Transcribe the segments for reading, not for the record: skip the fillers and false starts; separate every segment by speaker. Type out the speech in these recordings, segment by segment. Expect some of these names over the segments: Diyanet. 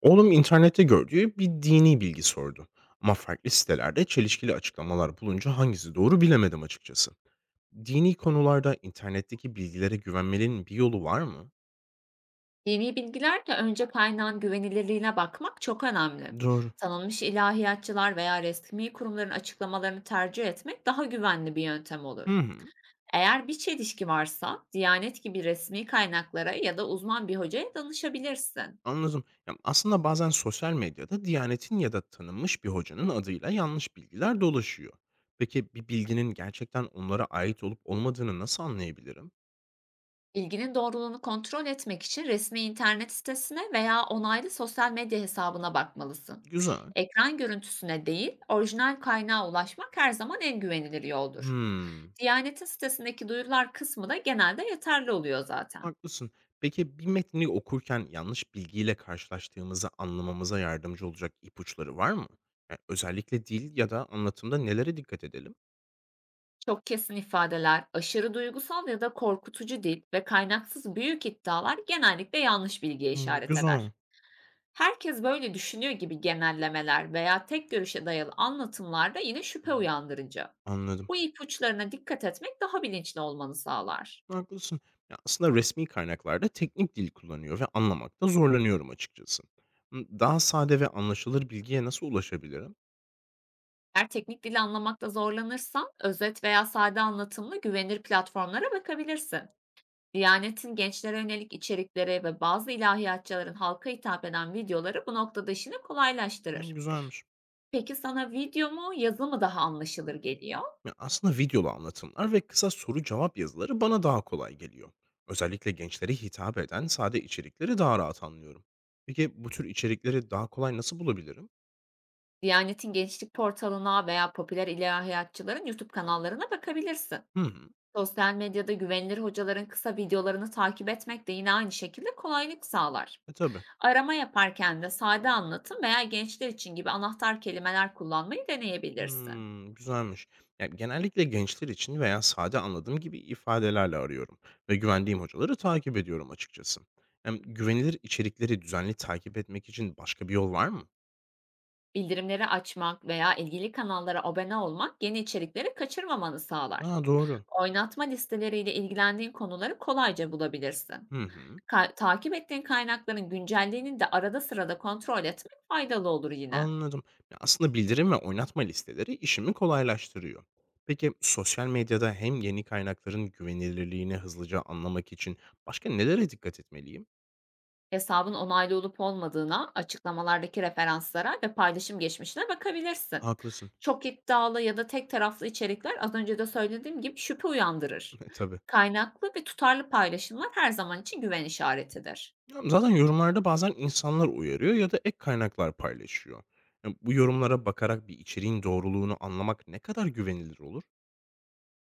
Speaker 1: Oğlum internette gördüğü bir dini bilgi sordu. Ama farklı sitelerde çelişkili açıklamalar bulunca hangisi doğru bilemedim açıkçası. Dini konularda internetteki bilgilere güvenmenin bir yolu var mı?
Speaker 2: Dini bilgilerde önce kaynağın güvenilirliğine bakmak çok önemli.
Speaker 1: Doğru.
Speaker 2: Tanınmış ilahiyatçılar veya resmi kurumların açıklamalarını tercih etmek daha güvenli bir yöntem
Speaker 1: Hı
Speaker 2: olur.
Speaker 1: hı.
Speaker 2: Eğer bir çelişki varsa, Diyanet gibi resmi kaynaklara ya da uzman bir hocaya danışabilirsin.
Speaker 1: Anladım. Ya aslında bazen sosyal medyada Diyanet'in ya da tanınmış bir hocanın adıyla yanlış bilgiler dolaşıyor. Peki bir bilginin gerçekten onlara ait olup olmadığını nasıl anlayabilirim?
Speaker 2: Bilginin doğruluğunu kontrol etmek için resmi internet sitesine veya onaylı sosyal medya hesabına bakmalısın.
Speaker 1: Güzel.
Speaker 2: Ekran görüntüsüne değil, orijinal kaynağa ulaşmak her zaman en güvenilir yoldur.
Speaker 1: Hmm.
Speaker 2: Diyanet'in sitesindeki duyurular kısmı da genelde yeterli oluyor zaten.
Speaker 1: Haklısın. Peki bir metni okurken yanlış bilgiyle karşılaştığımızı anlamamıza yardımcı olacak ipuçları var mı? Yani özellikle dil ya da anlatımda nelere dikkat edelim?
Speaker 2: Çok kesin ifadeler, aşırı duygusal ya da korkutucu dil ve kaynaksız büyük iddialar genellikle yanlış bilgiye
Speaker 1: Hmm,
Speaker 2: işaret eder.
Speaker 1: güzel.
Speaker 2: Herkes böyle düşünüyor gibi genellemeler veya tek görüşe dayalı anlatımlar da yine şüphe
Speaker 1: Hmm,
Speaker 2: uyandırıcı.
Speaker 1: anladım.
Speaker 2: Bu ipuçlarına dikkat etmek daha bilinçli olmanı sağlar.
Speaker 1: Haklısın. Ya aslında resmi kaynaklarda teknik dil kullanıyor ve anlamakta zorlanıyorum açıkçası. Hmm, daha sade ve anlaşılır bilgiye nasıl ulaşabilirim?
Speaker 2: Eğer teknik dili anlamakta zorlanırsan özet veya sade anlatımlı güvenilir platformlara bakabilirsin. Diyanet'in gençlere yönelik içerikleri ve bazı ilahiyatçıların halka hitap eden videoları bu noktada işini
Speaker 1: Hmm,
Speaker 2: kolaylaştırır.
Speaker 1: güzelmiş.
Speaker 2: Peki sana video mu, yazı mı daha anlaşılır geliyor?
Speaker 1: Ya aslında videolu anlatımlar ve kısa soru cevap yazıları bana daha kolay geliyor. Özellikle gençlere hitap eden sade içerikleri daha rahat anlıyorum. Peki bu tür içerikleri daha kolay nasıl bulabilirim?
Speaker 2: Diyanet'in gençlik portalına veya popüler ilahiyatçıların YouTube kanallarına bakabilirsin.
Speaker 1: Hı hı.
Speaker 2: Sosyal medyada güvenilir hocaların kısa videolarını takip etmek de yine aynı şekilde kolaylık sağlar.
Speaker 1: E tabii.
Speaker 2: Arama yaparken de sade anlatım veya gençler için gibi anahtar kelimeler kullanmayı deneyebilirsin.
Speaker 1: Hmm, güzelmiş. Yani genellikle gençler için veya sade anladığım gibi ifadelerle arıyorum ve güvendiğim hocaları takip ediyorum açıkçası. Hem güvenilir içerikleri düzenli takip etmek için başka bir yol var mı?
Speaker 2: Bildirimleri açmak veya ilgili kanallara abone olmak yeni içerikleri kaçırmamanı sağlar.
Speaker 1: Aa doğru.
Speaker 2: Oynatma listeleriyle ilgilendiğin konuları kolayca bulabilirsin.
Speaker 1: Hı hı.
Speaker 2: Takip ettiğin kaynakların güncelliğini de arada sırada kontrol etmek faydalı olur yine.
Speaker 1: Anladım. Ya aslında bildirim ve oynatma listeleri işimi kolaylaştırıyor. Peki sosyal medyada hem yeni kaynakların güvenilirliğini hızlıca anlamak için başka nelere dikkat etmeliyim?
Speaker 2: Hesabın onaylı olup olmadığına, açıklamalardaki referanslara ve paylaşım geçmişine bakabilirsin.
Speaker 1: Haklısın.
Speaker 2: Çok iddialı ya da tek taraflı içerikler az önce de söylediğim gibi şüphe uyandırır.
Speaker 1: E, tabii.
Speaker 2: Kaynaklı ve tutarlı paylaşımlar her zaman için güven işaretidir.
Speaker 1: Ya zaten yorumlarda bazen insanlar uyarıyor ya da ek kaynaklar paylaşıyor. Ya bu yorumlara bakarak bir içeriğin doğruluğunu anlamak ne kadar güvenilir olur?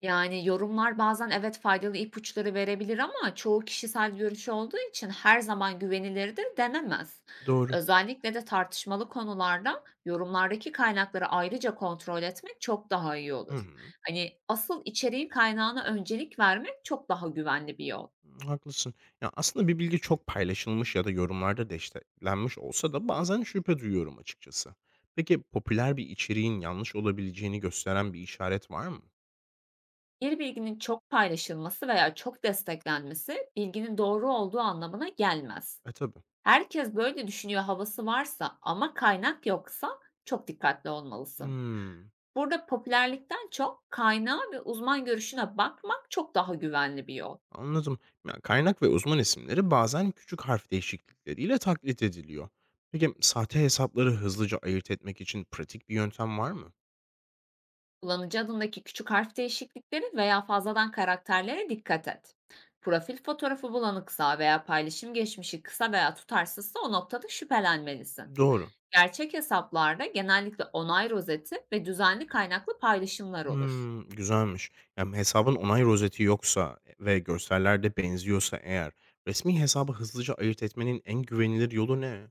Speaker 2: Yani, yorumlar bazen evet faydalı ipuçları verebilir ama çoğu kişisel görüş olduğu için her zaman güvenilirdir denemez.
Speaker 1: Doğru.
Speaker 2: Özellikle de tartışmalı konularda yorumlardaki kaynakları ayrıca kontrol etmek çok daha iyi
Speaker 1: Hı.
Speaker 2: olur. Hani, asıl içeriğin kaynağına öncelik vermek çok daha güvenli bir yol.
Speaker 1: Hımm, haklısın. Ya, aslında bir bilgi çok paylaşılmış ya da yorumlarda desteklenmiş olsa da bazen şüphe duyuyorum açıkçası. Peki, popüler bir içeriğin yanlış olabileceğini gösteren bir işaret var mı?
Speaker 2: Bir bilginin çok paylaşılması veya çok desteklenmesi bilginin doğru olduğu anlamına gelmez.
Speaker 1: E, tabii.
Speaker 2: Herkes böyle düşünüyor havası varsa ama kaynak yoksa çok dikkatli olmalısın.
Speaker 1: Hımm,
Speaker 2: Burada popülerlikten çok kaynağa ve uzman görüşüne bakmak çok daha güvenli bir yol.
Speaker 1: anladım. Ya, kaynak ve uzman isimleri bazen küçük harf değişiklikleriyle taklit ediliyor. Peki, sahte hesapları hızlıca ayırt etmek için pratik bir yöntem var mı?
Speaker 2: Kullanıcı adındaki küçük harf değişiklikleri veya fazladan karakterlere dikkat et. Profil fotoğrafı bulanıksa veya paylaşım geçmişi kısa veya tutarsızsa o noktada şüphelenmelisin.
Speaker 1: Doğru.
Speaker 2: Gerçek hesaplarda genellikle onay rozeti ve düzenli kaynaklı paylaşımlar olur.
Speaker 1: Hımm, güzelmiş. Yani, hesabın onay rozeti yoksa ve görseller de benziyorsa eğer resmî hesabı hızlıca ayırt etmenin en güvenilir yolu ne?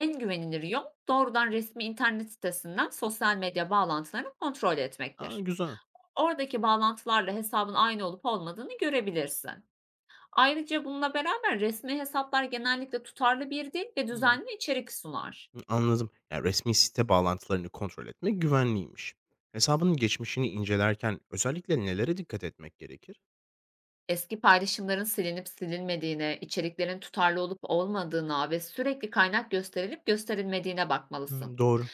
Speaker 2: En güvenilir yol doğrudan resmi internet sitesinden sosyal medya bağlantılarını kontrol
Speaker 1: A,
Speaker 2: etmektir.
Speaker 1: güzel.
Speaker 2: Oradaki bağlantılarla hesabın aynı olup olmadığını görebilirsin. Ayrıca bununla beraber resmi hesaplar genellikle tutarlı bir dil ve
Speaker 1: Hımm,
Speaker 2: düzenli içerik sunar.
Speaker 1: anladım. Yani resmî site bağlantılarını kontrol etmek güvenliymiş. Hesabının geçmişini incelerken özellikle nelere dikkat etmek gerekir?
Speaker 2: Eski paylaşımların silinip silinmediğine, içeriklerin tutarlı olup olmadığına ve sürekli kaynak gösterilip gösterilmediğine bakmalısın.
Speaker 1: Hımm, doğru.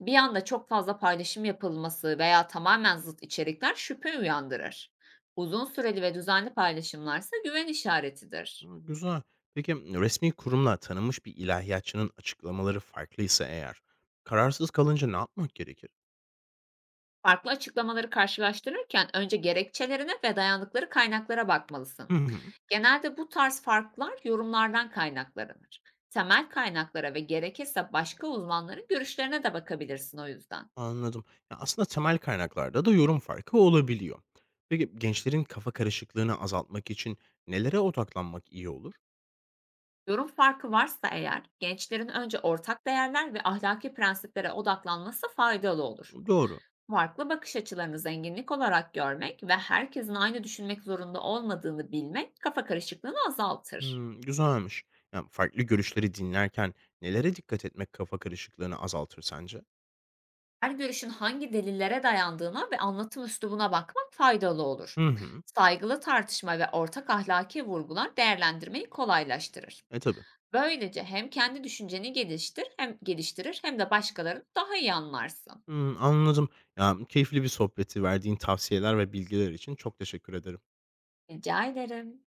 Speaker 2: Bir anda çok fazla paylaşım yapılması veya tamamen zıt içerikler şüphe uyandırır. Uzun süreli ve düzenli paylaşımlarsa güven işaretidir.
Speaker 1: Hımm, güzel. Peki, resmî kurumla tanınmış bir ilahiyatçının açıklamaları farklıysa eğer kararsız kalınca ne yapmak gerekir?
Speaker 2: Farklı açıklamaları karşılaştırırken önce gerekçelerine ve dayandıkları kaynaklara
Speaker 1: Hı
Speaker 2: bakmalısın.
Speaker 1: hı.
Speaker 2: Genelde bu tarz farklar yorumlardan kaynaklanır. Temel kaynaklara ve gerekirse başka uzmanların görüşlerine de bakabilirsin o yüzden.
Speaker 1: Anladım. Ya aslında temel kaynaklarda da yorum farkı olabiliyor. Peki gençlerin kafa karışıklığını azaltmak için nelere odaklanmak iyi olur?
Speaker 2: Yorum farkı varsa eğer gençlerin önce ortak değerler ve ahlaki prensiplere odaklanması faydalı olur.
Speaker 1: Doğru.
Speaker 2: Farklı bakış açılarını zenginlik olarak görmek ve herkesin aynı düşünmek zorunda olmadığını bilmek kafa karışıklığını azaltır.
Speaker 1: Hmm, güzelmiş. Yani farklı görüşleri dinlerken nelere dikkat etmek kafa karışıklığını azaltır sence?
Speaker 2: Her görüşün hangi delillere dayandığına ve anlatım üslubuna bakmak faydalı olur.
Speaker 1: Hı hı.
Speaker 2: Saygılı tartışma ve ortak ahlaki vurgular değerlendirmeyi kolaylaştırır.
Speaker 1: E tabii.
Speaker 2: Böylece hem kendi düşünceni geliştirir hem de başkalarını daha iyi anlarsın.
Speaker 1: Hmm, anladım. Ya keyifli bir sohbeti verdiğin tavsiyeler ve bilgiler için çok teşekkür ederim.
Speaker 2: Rica ederim.